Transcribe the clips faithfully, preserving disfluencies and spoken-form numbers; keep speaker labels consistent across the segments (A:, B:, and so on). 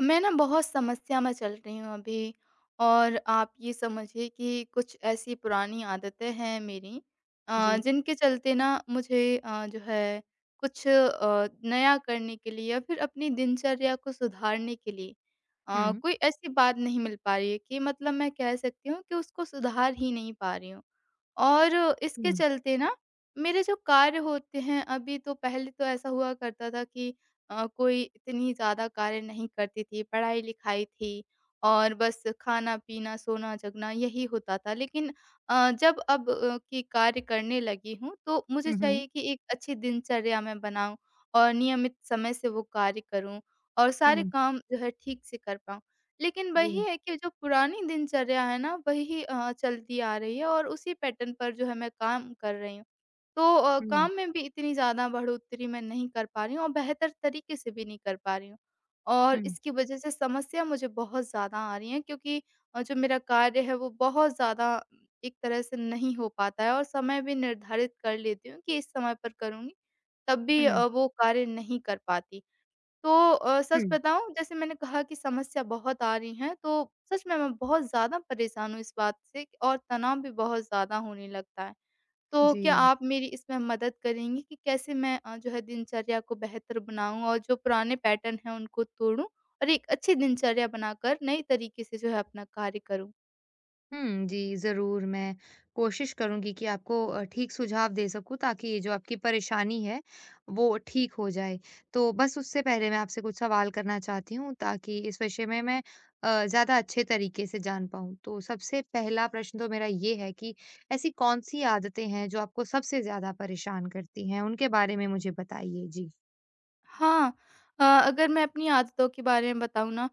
A: मैं ना बहुत समस्या में चल रही हूँ अभी। और आप ये समझिए कि कुछ ऐसी पुरानी आदतें हैं मेरी
B: जी।
A: अ, जिनके चलते ना मुझे अ, जो है कुछ अ, नया करने के लिए या फिर अपनी दिनचर्या को सुधारने के लिए अ,
B: हुँ।
A: कोई ऐसी बात नहीं मिल पा रही है कि मतलब मैं कह सकती हूँ कि उसको सुधार ही नहीं पा रही हूँ। और इसके
B: हुँ।
A: चलते ना मेरे जो कार्य होते हैं अभी, तो पहले तो ऐसा हुआ करता था कि अ, कोई इतनी ज़्यादा कार्य नहीं करती थी, पढ़ाई-लिखाई थी और बस खाना-पीना, सोना-जगना यही होता था। लेकिन अ, जब अब अ, कि कार्य करने लगी हूँ, तो मुझे
B: हुँ, हुँ।
A: चाहिए कि एक अच्छी दिनचर्या मैं बनाऊँ और नियमित समय से वो कार्य करूँ और सारे
B: हुँ।
A: काम जो है ठीक से कर पाऊँ। लेकिन वही
B: जी।
A: है कि जो पुरानी दिनचर्या है ना, वही अ, चलती आ रही है और उसी पैटर्न पर जो है मैं काम कर रही हूँ। तो अ,
B: हुँ,
A: काम में भी इतनी ज़्यादा बढ़ोत्तरी मैं नहीं कर पा रही हूँ और बेहतर तरीके से भी नहीं कर पा रही हूँ। और
B: हुँ,
A: इसकी वजह से समस्या मुझे बहुत ज़्यादा आ रही है, क्योंकि अ, जो मेरा कार्य है वो बहुत ज़्यादा एक तरह से नहीं हो पाता है और समय भी निर्धारित कर लेती हूँ कि इस समय पर करूँगी, तब भी
B: हुँ,
A: अ, वो कार्य नहीं कर पाती। तो अ,
B: हुँ।
A: सच बताऊँ, जैसे मैंने कहा कि समस्या बहुत आ रही है, तो सच में मैं बहुत ज़्यादा परेशान हूँ इस बात से कि- और तनाव भी बहुत ज़्यादा होने लगता है। तो
B: जी।
A: क्या आप मेरी इसमें मदद करेंगी कि कैसे मैं अ, जो है दिनचर्या को बेहतर बनाऊँ और जो पुराने पैटर्न हैं उनको तोड़ूँ और एक अच्छी दिनचर्या बनाकर नए तरीके से जो है अपना कार्य करूँ?
B: हुँ, जी, ज़रूर मैं कोशिश करूँगी कि आपको अ, ठीक सुझाव दे सकूँ ताकि ये जो आपकी परेशानी है, वो ठीक हो जाए। तो बस उससे पहले मैं आपसे कुछ सवाल करना चाहती हूँ ताकि इस विषय में मैं अ, ज़्यादा अच्छे तरीके से जान पाऊँ। तो सबसे पहला प्रश्न तो मेरा ये है कि ऐसी कौन-सी आदतें हैं जो आपको सबसे ज़्यादा परेशान करती हैं? उनके बारे में मुझे बताइए। जी।
A: हाँ, अ, अगर मैं अपनी आदतों के बारे में बताऊँ ना,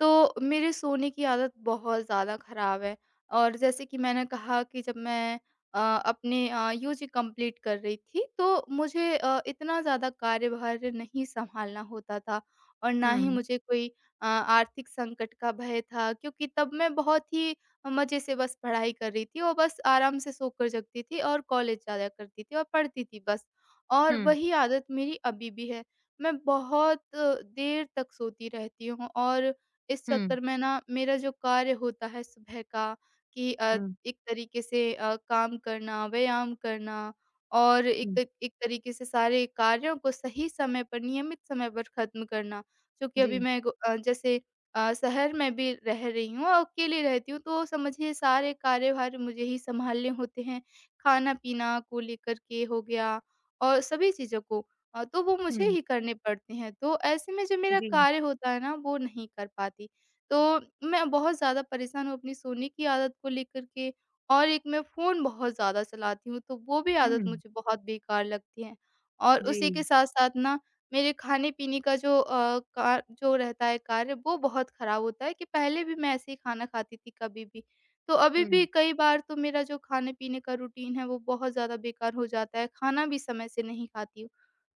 A: तो मेरे सोने की आदत बहुत ज़्यादा ख़राब है। और जैसे कि मैंने कहा कि जब मैं अ, अपने अ, यूजी कंप्लीट कर रही थी, तो मुझे अ, इतना ज़्यादा कार्यभार नहीं सँभालना होता था और ना ही
B: हुँ,
A: मुझे कोई अ, आर्थिक संकट का भय था, क्योंकि तब मैं बहुत ही मज़े से बस पढ़ाई कर रही थी और बस आराम से सोकर जगती थी और कॉलेज जाया करती थी और पढ़ती थी बस। और
B: हुँ,
A: वही आदत मेरी अभी भी है। मैं बहुत अ, देर तक सोती रहती हूँ और इस
B: हुँ।
A: चक्कर में ना मेरा जो कार्य होता है सुबह का कि अ,
B: हुँ,
A: एक तरीके से अ, काम करना, व्यायाम करना और एक
B: हुँ,
A: त- एक तरीके से सारे कार्यों को सही समय पर, नियमित समय पर ख़त्म करना। क्योंकि अभी
B: जी,
A: मैं गो अ, जैसे अ, शहर में भी रह रही हूँ और अकेले रहती हूँ, तो समझिए सारे कार्यभार मुझे ही सँभालने होते हैं। खाना-पीना को लेकर के हो गया और सभी चीज़ों को। अ, तो वो
B: हुँ,
A: मुझे ही करने पड़ते हैं। तो ऐसे में जो मेरा
B: जी, हुँ,
A: कार्य होता है ना, वो नहीं कर पाती। तो मैं बहुत ज़्यादा परेशान हूँ अपनी सोने की आदत को लेकर के। और एक मैं फ़ोन बहुत ज़्यादा चलाती हूँ, तो वो भी आदत मुझे बहुत बेकार लगती है। और
B: जी,
A: उसी के साथ-साथ ना मेरे खाने-पीने का जो अ, का जो रहता है कार्य, वो बहुत ख़राब होता है कि पहले भी मैं ऐसे ही खाना खाती थी कभी भी। तो अभी भी
B: हुँ।
A: कई बार तो मेरा जो खाने-पीने का रूटीन है, वो बहुत ज़्यादा बेकार हो जाता है। खाना भी समय से नहीं खाती हूँ।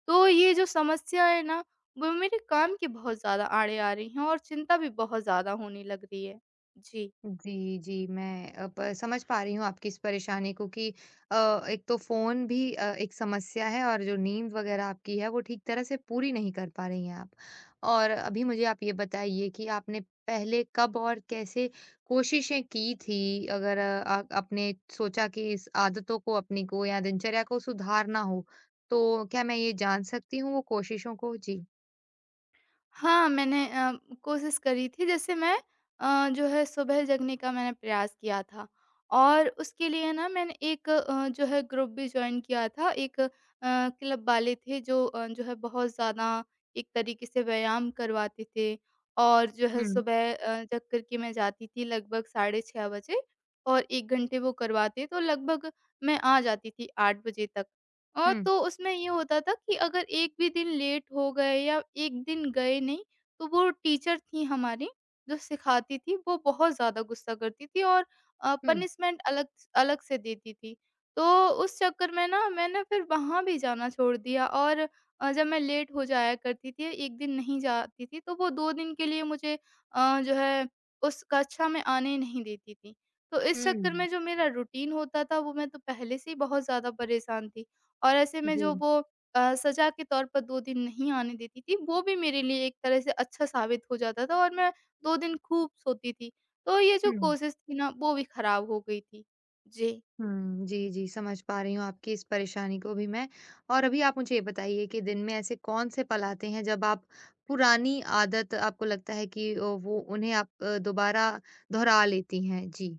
A: तो ये जो समस्या है ना, वो मेरे काम की बहुत ज़्यादा आड़े आ रही हैं और चिंता भी बहुत ज़्यादा होने लग रही है। जी।
B: जी, जी, मैं अब समझ पा रही हूँ आपकी इस परेशानी को कि अ, एक तो फ़ोन भी अ, एक समस्या है और जो नींद वग़ैरह आपकी है वो ठीक तरह से पूरी नहीं कर पा रही हैं आप। और अभी मुझे आप ये बताइए कि आपने पहले कब और कैसे कोशिशें की थी अगर अ, आ- आपने सोचा कि इस आदतों को अपनी को या दिनचर्या को सुधारना हो, तो क्या मैं ये जान सकती हूँ वो कोशिशों को? जी,
A: हाँ, मैंने अ, कोशिश करी थी। जैसे मैं अ, जो है सुबह जगने का मैंने प्रयास किया था और उसके लिए ना मैंने एक अ, जो है ग्रुप भी जॉइन किया था। एक अ, क्लब वाले थे जो अ, जो है बहुत ज़्यादा एक तरीके से व्यायाम करवाते थे और जो है
B: हुँ,
A: सुबह अ, जग कर के मैं जाती थी लगभग साढ़े छह बजे और एक घंटे वो करवाते, तो लगभग मैं आ जाती थी आठ बजे तक। और
B: हुँ।
A: तो उसमें ये होता था कि अगर एक भी दिन लेट हो गए या एक दिन गए नहीं, तो वो टीचर थी हमारी जो सिखाती थी, वो बहुत ज़्यादा गुस्सा करती थी और अ,
B: हुँ।
A: पनिशमेंट अलग अलग से देती थी। तो उस चक्कर में ना मैंने फिर वहाँ भी जाना छोड़ दिया और अ, जब मैं लेट हो जाया करती थी, एक दिन नहीं जाती थी, तो वो दो दिन के लिए मुझे अ, जो है उस कक्षा में आने ही नहीं देती थी। तो इस चक्कर में
B: हुँ।
A: जो मेरा रूटीन होता था, वो मैं तो पहले से ही बहुत ज़्यादा परेशान थी। और ऐसे में
B: जी।
A: जो वो अ, सज़ा के तौर पर दो दिन नहीं आने देती थी, वो भी मेरे लिए एक तरह से अच्छा साबित हो जाता था और मैं दो दिन खूब सोती थी। तो ये जो
B: हुँ।
A: कोशिश थी ना, वो भी खराब हो गई थी। जी।
B: हुँ। जी, जी, समझ पा रही हूँ आपकी इस परेशानी को भी मैं। और अभी आप मुझे ये बताइए कि दिन में ऐसे कौन-से पल आते हैं जब आप पुरानी आदत आपको लगता है कि अ, वो उन्हें आप अ, दोबारा दोहरा लेती हैं? जी।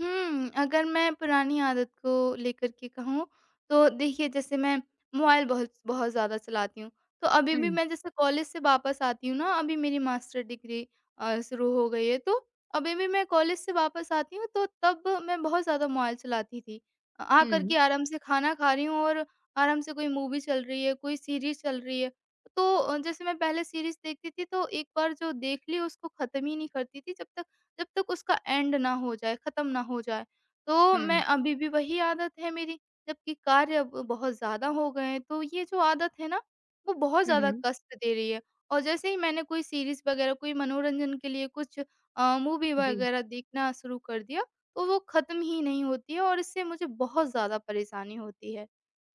A: हुँ, अगर मैं पुरानी आदत को लेकर के कहूँ, तो देखिए जैसे मैं मोबाइल बहुत बहुत ज़्यादा चलाती हूँ। तो अभी भी
B: हुँ।
A: मैं जैसे कॉलेज से वापस आती हूँ ना, अभी मेरी मास्टर डिग्री अ, शुरू हो गई है, तो अभी भी मैं कॉलेज से वापस आती हूँ, तो तब मैं बहुत ज़्यादा मोबाइल चलाती थी। अ, आ कर
B: हुँ।
A: के आराम से खाना खा रही हूँ और आराम से कोई मूवी चल रही है, कोई सीरीज़ चल रही है। तो अ, जैसे मैं पहले सीरीज़ देखती थी, तो एक बार जो देख ली उसको खत्म ही नहीं करती थी, जब तक जब तक उसका एंड ना हो जाए, ख़त्म ना हो जाए। तो मैं
B: हुँ।
A: अभी भी वही आदत है मेरी, जबकि कार्य अब बहुत ज़्यादा हो गए हैं, तो ये जो आदत है ना, वो बहुत
B: हुँ,
A: ज़्यादा
B: हुँ।
A: कष्ट दे रही है। और जैसे ही मैंने कोई सीरीज़ वग़ैरह, कोई मनोरंजन के लिए कुछ अ, मूवी
B: जी।
A: वग़ैरह देखना शुरू कर दिया, तो वो ख़त्म ही नहीं होती है और इससे मुझे बहुत ज़्यादा परेशानी होती है।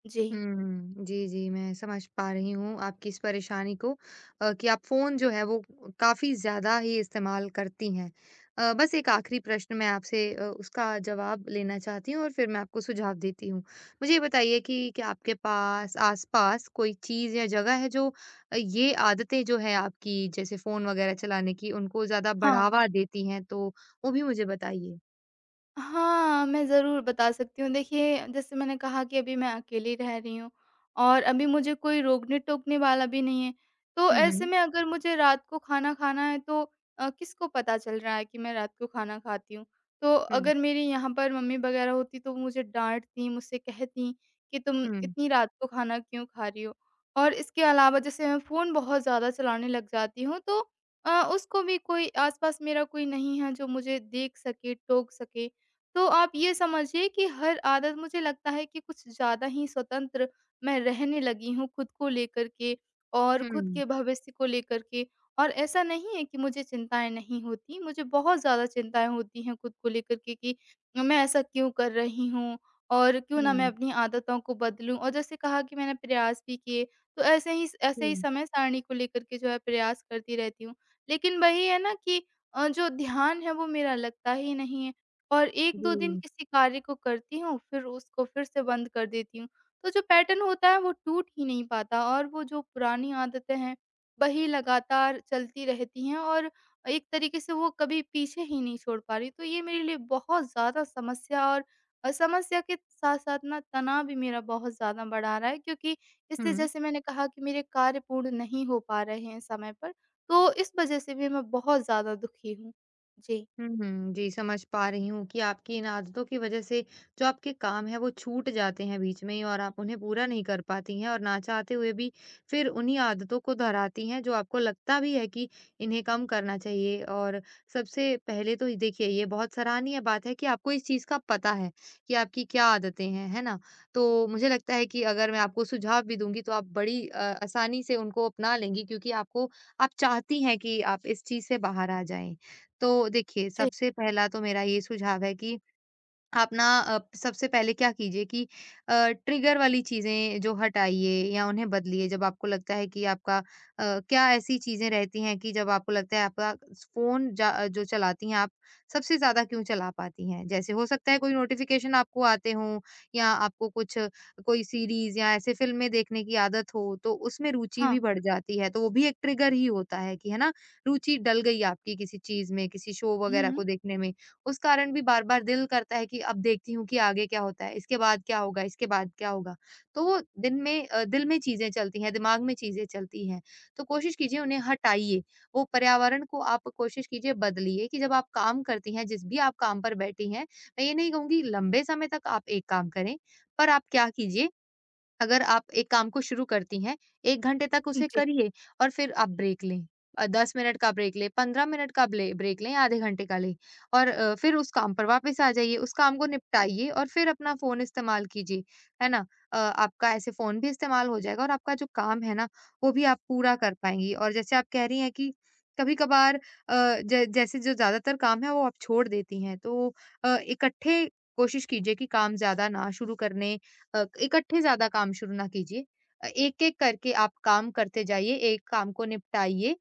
A: जी।
B: हुँ। जी, जी, मैं समझ पा रही हूँ आपकी इस परेशानी को अ, कि आप फ़ोन जो है वो काफ़ी ज़्यादा ही इस्तेमाल करती हैं। अ, बस एक आखिरी प्रश्न मैं आपसे अ, उसका जवाब लेना चाहती हूँ और फिर मैं आपको सुझाव देती हूँ। मुझे ये बताइए कि क्या आपके पास आस-पास कोई चीज़ या जगह है जो अ, ये आदतें जो है आपकी जैसे फ़ोन वग़ैरह चलाने की उनको ज़्यादा
A: हाँ।
B: बढ़ावा देती हैं तो वो भी मुझे बताइए?
A: हाँ, मैं ज़रूर बता सकती हूँ। देखिए, जैसे मैंने कहा कि अभी मैं अकेली रह रही हूँ और अभी मुझे कोई रोकने-टोकने वाला भी नहीं है। तो
B: हुँ,
A: ऐसे
B: हुँ।
A: में अगर मुझे रात को खाना खाना है, तो अ, किसको पता चल रहा है कि मैं रात को खाना खाती हूँ। तो
B: हुँ,
A: अगर मेरी यहाँ पर मम्मी वग़ैरह होती, तो वो मुझे डाँटती, मुझसे कहती कि तुम
B: हुँ,
A: इतनी रात को खाना क्यों खा रही हो? और इसके अलावा जैसे मैं फ़ोन बहुत ज़्यादा चलाने लग जाती हूँ, तो अ, उसको भी कोई आस-पास मेरा कोई नहीं है जो मुझे देख सके, टोक सके। तो आप ये समझिए कि हर आदत मुझे लगता है कि कुछ ज़्यादा ही स्वतंत्र मैं रहने लगी हूँ खुद को लेकर के और खुद
B: हुँ,
A: के भविष्य को लेकर के। और ऐसा नहीं है कि मुझे चिंताएँ नहीं होती, मुझे बहुत ज़्यादा चिंताएँ होती हैं खुद को लेकर के कि मैं ऐसा क्यों कर रही हूँ और क्यों ना मैं
B: हुँ,
A: अपनी आदतों को बदलूँ। और जैसे कहा कि मैंने प्रयास भी किए, तो ऐसे ही ऐसे ही
B: हुँ,
A: समय सारणी को लेकर के जो है प्रयास करती रहती हूँ। लेकिन वही है ना कि अ, जो ध्यान है वो मेरा लगता ही नहीं है। और एक दो दिन
B: जी,
A: किसी कार्य को करती हूँ, फिर उसको फिर से बंद कर देती हूँ। तो जो पैटर्न होता है वो टूट ही नहीं पाता और वो जो पुरानी आदतें हैं, वही लगातार चलती रहती हैं और एक तरीके से वो कभी पीछे ही नहीं छोड़ पा रही। तो ये मेरे लिए बहुत ज़्यादा समस्या और अ, समस्या के साथ-साथ ना तनाव भी मेरा बहुत ज़्यादा बढ़ा रहा है, क्योंकि इससे
B: हुँ।
A: जैसे मैंने कहा कि मेरे कार्य पूर्ण नहीं हो पा रहे हैं समय पर, तो इस वज़ह से भी मैं बहुत ज़्यादा दुखी हूँ। जी।
B: हुँ, जी, समझ पा रही हूँ कि आपकी इन आदतों की वज़ह से जो आपके काम हैं, वो छूट जाते हैं बीच में ही और आप उन्हें पूरा नहीं कर पाती हैं और ना चाहते हुए भी फिर उन्हीं आदतों को दोहराती हैं, जो आपको लगता भी है कि इन्हें कम करना चाहिए। और सबसे पहले तो ये देखिए, ये बहुत सराहनीय बात है कि आपको इस चीज़ का पता है कि आपकी क्या आदतें हैं, है ना? तो मुझे लगता है कि अगर मैं आपको सुझाव भी दूँगी, तो आप बड़ी अ, आसानी से उनको अपना लेंगी क्योंकि आपको आप चाहती हैं कि आप इस चीज़ से बाहर आ जाएँ। तो देखिए,
A: जी।
B: सबसे पहला तो मेरा ये सुझाव है कि आप ना अ, सबसे पहले क्या कीजिए कि अ, ट्रिगर वाली चीज़ें जो हटाइए या उन्हें बदलिए जब आपको लगता है कि आपका अ, क्या ऐसी चीज़ें रहती हैं कि जब आपको लगता है आपका फ़ोन जा अ, जो चलाती हैं आप, सबसे ज़्यादा क्यों चला पाती हैं? जैसे हो सकता है कोई नोटिफ़िकेशन आपको आते हों या आपको कुछ कोई सीरीज़ या ऐसे फ़िल्में देखने की आदत हो, तो उसमें रुचि
A: हाँ।
B: भी बढ़ जाती है, तो वो भी एक ट्रिगर ही होता है कि है ना? रुचि डल गई आपकी किसी चीज़ में, किसी शो वगैरह
A: हुँ।
B: को देखने में उस कारण भी बार-बार दिल करता है कि अब देखती हूँ कि आगे क्या होता है, इसके बाद क्या होगा, इसके बाद क्या होगा? तो वो दिन में अ, दिल में चीज़ें चलती हैं, दिमाग में चीज़ें चलती हैं। तो कोशिश कीजिए उन्हें हटाइए, वो पर्यावरण को आप कोशिश कीजिए बदलिए कि जब आप काम करती हैं, जिस भी आप काम पर बैठी हैं, मैं ये नहीं कहूँगी लंबे समय तक आप एक काम करें, पर आप क्या कीजिए अगर आप एक काम को शुरू करती हैं, एक घंटे तक उसे
A: जी।
B: करिए और फिर आप ब्रेक लें। अ, दस मिनट का ब्रेक लें, पंद्रह मिनट का ब्ले ब्रेक लें, आधे घंटे का लें और अ, फिर उस काम पर वापस आ जाइए, उस काम को निपटाइए और फिर अपना फ़ोन इस्तेमाल कीजिए, है ना? अ, आपका ऐसे फ़ोन भी इस्तेमाल हो जाएगा और आपका जो काम है ना, वो भी आप पूरा कर पाएँगी और जैसे आप कह रही हैं कि कभी-कभार अ, ज जैसे जो ज़्यादातर काम है, वो आप छोड़ देती हैं, तो अ, इकट्ठे कोशिश कीजिए कि काम ज़्यादा ना शुरू करने अ, इकट्ठे ज़्यादा काम शुरू ना कीजिए। अ, एक-एक करके आप काम करते जाइए, एक काम को निपटाइए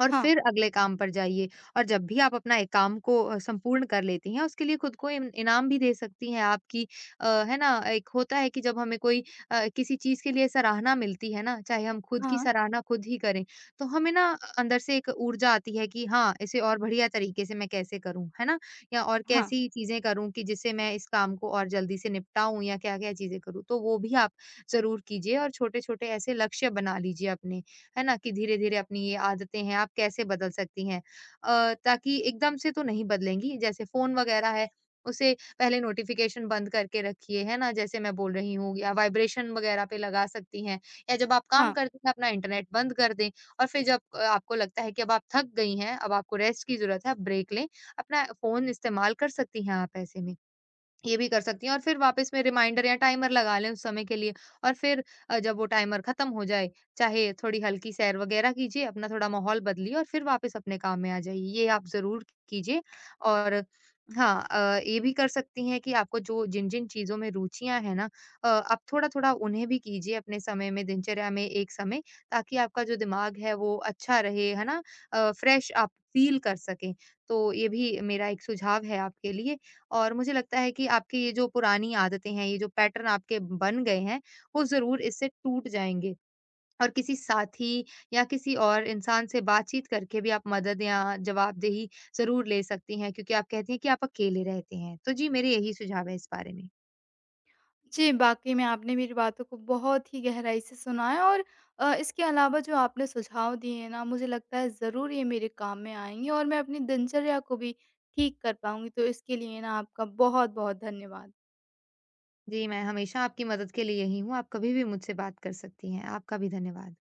B: और फिर अगले काम पर जाइए। और जब भी आप अपना एक काम को अ, संपूर्ण कर लेती हैं, उसके लिए खुद को इन इनाम भी दे सकती हैं आप कि अ, है ना? एक होता है कि जब हमें कोई अ, किसी चीज़ के लिए सराहना मिलती है ना, चाहे हम खुद की
A: हाँ,
B: सराहना खुद ही करें, तो हमें ना अ, अंदर से एक ऊर्जा आती है कि हाँ, इसे और बढ़िया तरीके से मैं कैसे करूँ, है ना? या और
A: हाँ,
B: कैसी चीज़ें करूँ कि जिससे मैं इस काम को और जल्दी से निपटाऊँ या क्या-क्या चीज़ें करूँ। तो वो भी आप ज़रूर कीजिए और छोटे-छोटे ऐसे लक्ष्य बना लीजिए अपने। है ना? कि धीरे-धीरे अपनी ये आदतें हैं, आप कैसे बदल सकती हैं। अ, ताकि एकदम से तो नहीं बदलेंगी, जैसे फ़ोन वगैरह है, उसे पहले नोटिफ़िकेशन बंद करके रखिए, है ना? जैसे मैं बोल रही हूँ या वाइब्रेशन वगैरह पे लगा सकती हैं या जब आप काम
A: हाँ।
B: करती हैं, अपना इंटरनेट बंद कर दें और फिर जब अ, आपको लगता है कि अब आप थक गई हैं, अब आपको रेस्ट की ज़रूरत है, आप ब्रेक लें, अपना फ़ोन इस्तेमाल कर सकती हैं आप ऐसे में। ये भी कर सकती हैं और फिर वापस में रिमाइंडर या टाइमर लगा लें उस समय के लिए और फिर अ, जब वो टाइमर खत्म हो जाए, चाहे थोड़ी हल्की सैर वगैरह कीजिए, अपना थोड़ा माहौल बदलिए और फिर वापस अपने काम में आ जाइए। ये आप ज़रूर कीजिए और हाँ अ, ये भी कर सकती हैं कि आपको जो जिन-जिन चीज़ों में रुचियाँ हैं ना अ, आप थोड़ा-थोड़ा उन्हें भी कीजिए अपने समय में, दिनचर्या में एक समय ताकि आपका जो दिमाग है वो अच्छा रहे, है ना? अ, फ्रेश आप फ़ील कर सकें। तो ये भी मेरा एक सुझाव है आपके लिए। और मुझे लगता है कि आपकी ये जो पुरानी आदतें हैं, ये जो पैटर्न आपके बन गए हैं, वो ज़रूर इससे टूट जाएँगे। और किसी साथी या किसी और इंसान से बातचीत करके भी आप मदद या जवाबदेही ज़रूर ले सकती हैं क्योंकि आप कहती हैं कि आप अकेले रहते हैं। तो जी, मेरे यही सुझाव है इस बारे में।
A: जी, वाक़ई में आपने मेरी बातों को बहुत ही गहराई से सुना है और अ, इसके अलावा जो आपने सुझाव दिए हैं ना, मुझे लगता है ज़रूर ये मेरे काम में आएँगे और मैं अपनी दिनचर्या को भी ठीक कर पाऊँगी। तो इसके लिए ना आपका बहुत-बहुत धन्यवाद।
B: जी, मैं हमेशा आपकी मदद के लिए यही हूँ, आप कभी भी मुझसे बात कर सकती हैं। आपका भी धन्यवाद।